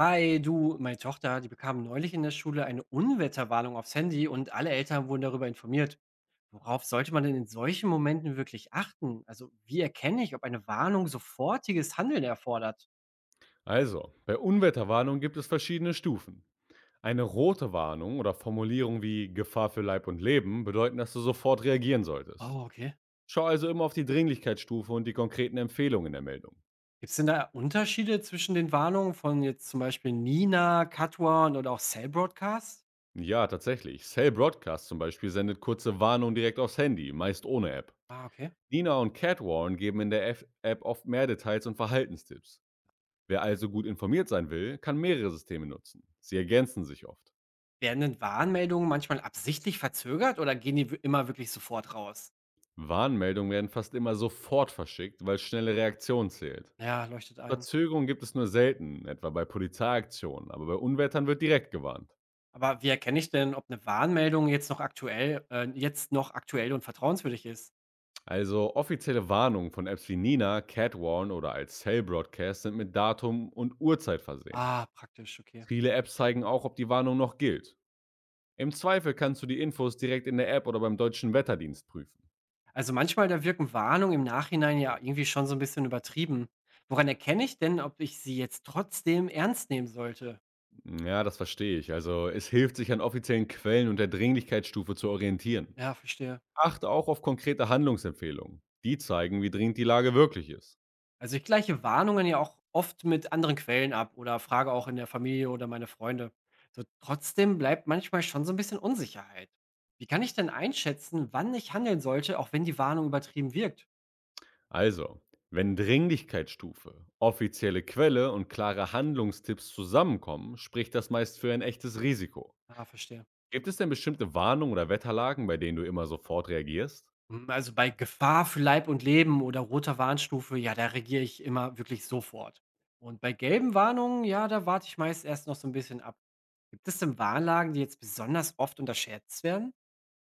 Hi, du, meine Tochter, die bekam neulich in der Schule eine Unwetterwarnung aufs Handy und alle Eltern wurden darüber informiert. Worauf sollte man denn in solchen Momenten wirklich achten? Also, wie erkenne ich, ob eine Warnung sofortiges Handeln erfordert? Also, bei Unwetterwarnung gibt es verschiedene Stufen. Eine rote Warnung oder Formulierung wie Gefahr für Leib und Leben bedeuten, dass du sofort reagieren solltest. Oh, okay. Schau also immer auf die Dringlichkeitsstufe und die konkreten Empfehlungen der Meldung. Gibt es denn da Unterschiede zwischen den Warnungen von jetzt zum Beispiel Nina, Katwan oder auch Cell Broadcast? Ja, tatsächlich. Cell Broadcast zum Beispiel sendet kurze Warnungen direkt aufs Handy, meist ohne App. Ah, okay. Nina und Catwarn geben in der F App oft mehr Details und Verhaltenstipps. Wer also gut informiert sein will, kann mehrere Systeme nutzen. Sie ergänzen sich oft. Werden denn Warnmeldungen manchmal absichtlich verzögert oder gehen immer wirklich sofort raus? Warnmeldungen werden fast immer sofort verschickt, weil schnelle Reaktion zählt. Ja, leuchtet ein. Verzögerung gibt es nur selten, etwa bei Polizeiaktionen, aber bei Unwettern wird direkt gewarnt. Aber wie erkenne ich denn, ob eine Warnmeldung jetzt noch aktuell und vertrauenswürdig ist? Also offizielle Warnungen von Apps wie Nina, Catwarn oder als Cell Broadcast sind mit Datum und Uhrzeit versehen. Ah, praktisch, okay. Viele Apps zeigen auch, ob die Warnung noch gilt. Im Zweifel kannst du die Infos direkt in der App oder beim deutschen Wetterdienst prüfen. Also, manchmal, da wirken Warnungen im Nachhinein ja irgendwie schon so ein bisschen übertrieben. Woran erkenne ich denn, ob ich sie jetzt trotzdem ernst nehmen sollte? Ja, das verstehe ich. Also es hilft sich an offiziellen Quellen und der Dringlichkeitsstufe zu orientieren. Ja, verstehe. Achte auch auf konkrete Handlungsempfehlungen. Die zeigen, wie dringend die Lage wirklich ist. Also, ich gleiche Warnungen ja auch oft mit anderen Quellen ab oder frage auch in der Familie oder meine Freunde. So, trotzdem bleibt manchmal schon so ein bisschen Unsicherheit. Wie kann ich denn einschätzen, wann ich handeln sollte, auch wenn die Warnung übertrieben wirkt? Also, wenn Dringlichkeitsstufe, offizielle Quelle und klare Handlungstipps zusammenkommen, spricht das meist für ein echtes Risiko. Ah, verstehe. Gibt es denn bestimmte Warnungen oder Wetterlagen, bei denen du immer sofort reagierst? Hm, also, bei Gefahr für Leib und Leben oder roter Warnstufe, ja, da reagiere ich immer wirklich sofort. Und bei gelben Warnungen, ja, da warte ich meist erst noch so ein bisschen ab. Gibt es denn Warnlagen, die jetzt besonders oft unterschätzt werden?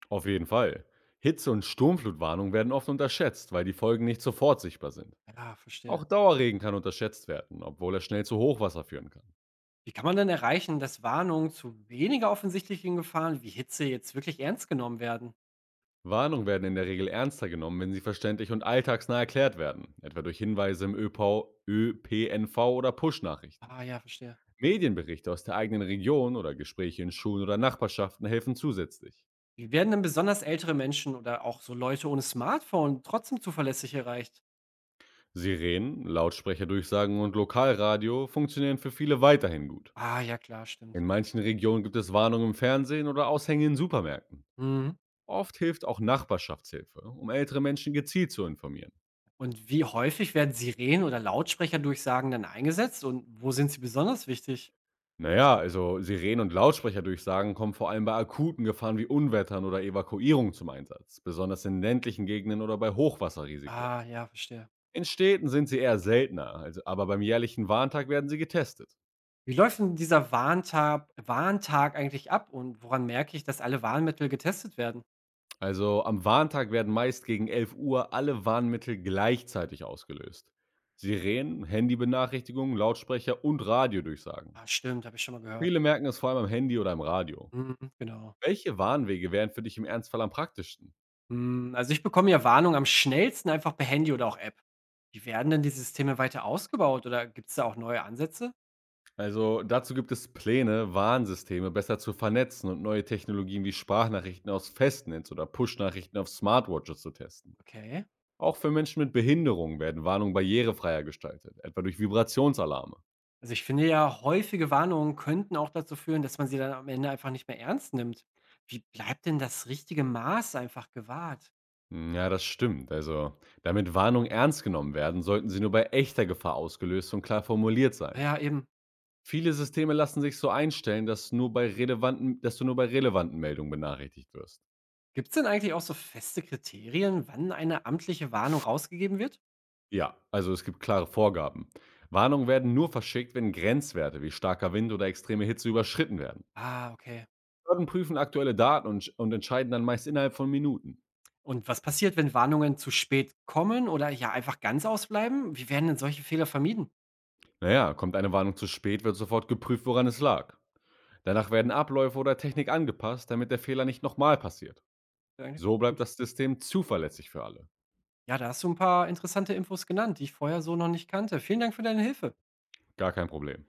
Auf jeden Fall. Hitze- und Sturmflutwarnungen werden oft unterschätzt, weil die Folgen nicht sofort sichtbar sind. Ja, verstehe. Auch Dauerregen kann unterschätzt werden, obwohl er schnell zu Hochwasser führen kann. Wie kann man denn erreichen, dass Warnungen zu weniger offensichtlichen Gefahren wie Hitze jetzt wirklich ernst genommen werden? Warnungen werden in der Regel ernster genommen, wenn sie verständlich und alltagsnah erklärt werden, etwa durch Hinweise im ÖPV, ÖPNV oder Push-Nachrichten. Ah ja, verstehe. Medienberichte aus der eigenen Region oder Gespräche in Schulen oder Nachbarschaften helfen zusätzlich. Wie werden denn besonders ältere Menschen oder auch so Leute ohne Smartphone trotzdem zuverlässig erreicht? Sirenen, Lautsprecherdurchsagen und Lokalradio funktionieren für viele weiterhin gut. Ah ja, klar, In stimmt. manchen Regionen gibt es Warnungen im Fernsehen oder Aushänge in Supermärkten. Mhm. Oft hilft auch Nachbarschaftshilfe, um ältere Menschen gezielt zu informieren. Und wie häufig werden Sirenen oder Lautsprecherdurchsagen dann eingesetzt und wo sind sie besonders wichtig? Na ja, also Sirenen und Lautsprecherdurchsagen kommen vor allem bei akuten Gefahren wie Unwettern oder Evakuierung zum Einsatz, besonders in ländlichen Gegenden oder bei Hochwasserrisiko. Ah, ja, verstehe. In Städten sind sie eher seltener, also, aber beim jährlichen Warntag werden sie getestet. Wie läuft denn dieser Warntag eigentlich ab und woran merke ich, dass alle Warnmittel getestet werden? Also am Warntag werden meist gegen 11 Uhr alle Warnmittel gleichzeitig ausgelöst. Sirenen, Handybenachrichtigungen, Lautsprecher und Radiodurchsagen. Ah, stimmt, habe ich schon mal gehört. Viele merken es vor allem am Handy oder im Radio. Mhm, genau. Welche Warnwege wären für dich im Ernstfall am praktischsten? Hm, also ich bekomme ja Warnung am schnellsten einfach per Handy oder auch App. Wie werden denn die Systeme weiter ausgebaut oder gibt es da auch neue Ansätze? Also dazu gibt es Pläne, Warnsysteme besser zu vernetzen und neue Technologien wie Sprachnachrichten aus Festnetz oder Push-Nachrichten auf Smartwatches zu testen. Okay. Auch für Menschen mit Behinderungen werden Warnungen barrierefreier gestaltet, etwa durch Vibrationsalarme. Also, ich finde ja, häufige Warnungen könnten auch dazu führen, dass man sie dann am Ende einfach nicht mehr ernst nimmt. Wie bleibt denn das richtige Maß einfach gewahrt? Hm, ja, das stimmt. Also, damit Warnungen ernst genommen werden, sollten sie nur bei echter Gefahr ausgelöst und klar formuliert sein. Ja, eben. Viele Systeme lassen sich so einstellen, dass, dass du nur bei relevanten Meldungen benachrichtigt wirst. Gibt es denn eigentlich auch so feste Kriterien, wann eine amtliche Warnung rausgegeben wird? Ja, also es gibt klare Vorgaben. Warnungen werden nur verschickt, wenn Grenzwerte wie starker Wind oder extreme Hitze überschritten werden. Ah, okay. Behörden prüfen aktuelle Daten und entscheiden dann meist innerhalb von Minuten. Und was passiert, wenn Warnungen zu spät kommen oder ja einfach ganz ausbleiben? Wie werden denn solche Fehler vermieden? Naja, kommt eine Warnung zu spät, wird sofort geprüft, woran es lag. Danach werden Abläufe oder Technik angepasst, damit der Fehler nicht nochmal passiert. Ja, So bleibt gut. das System zuverlässig für alle. Ja, da hast du ein paar interessante Infos genannt, die ich vorher so noch nicht kannte. Vielen Dank für deine Hilfe. Gar kein Problem.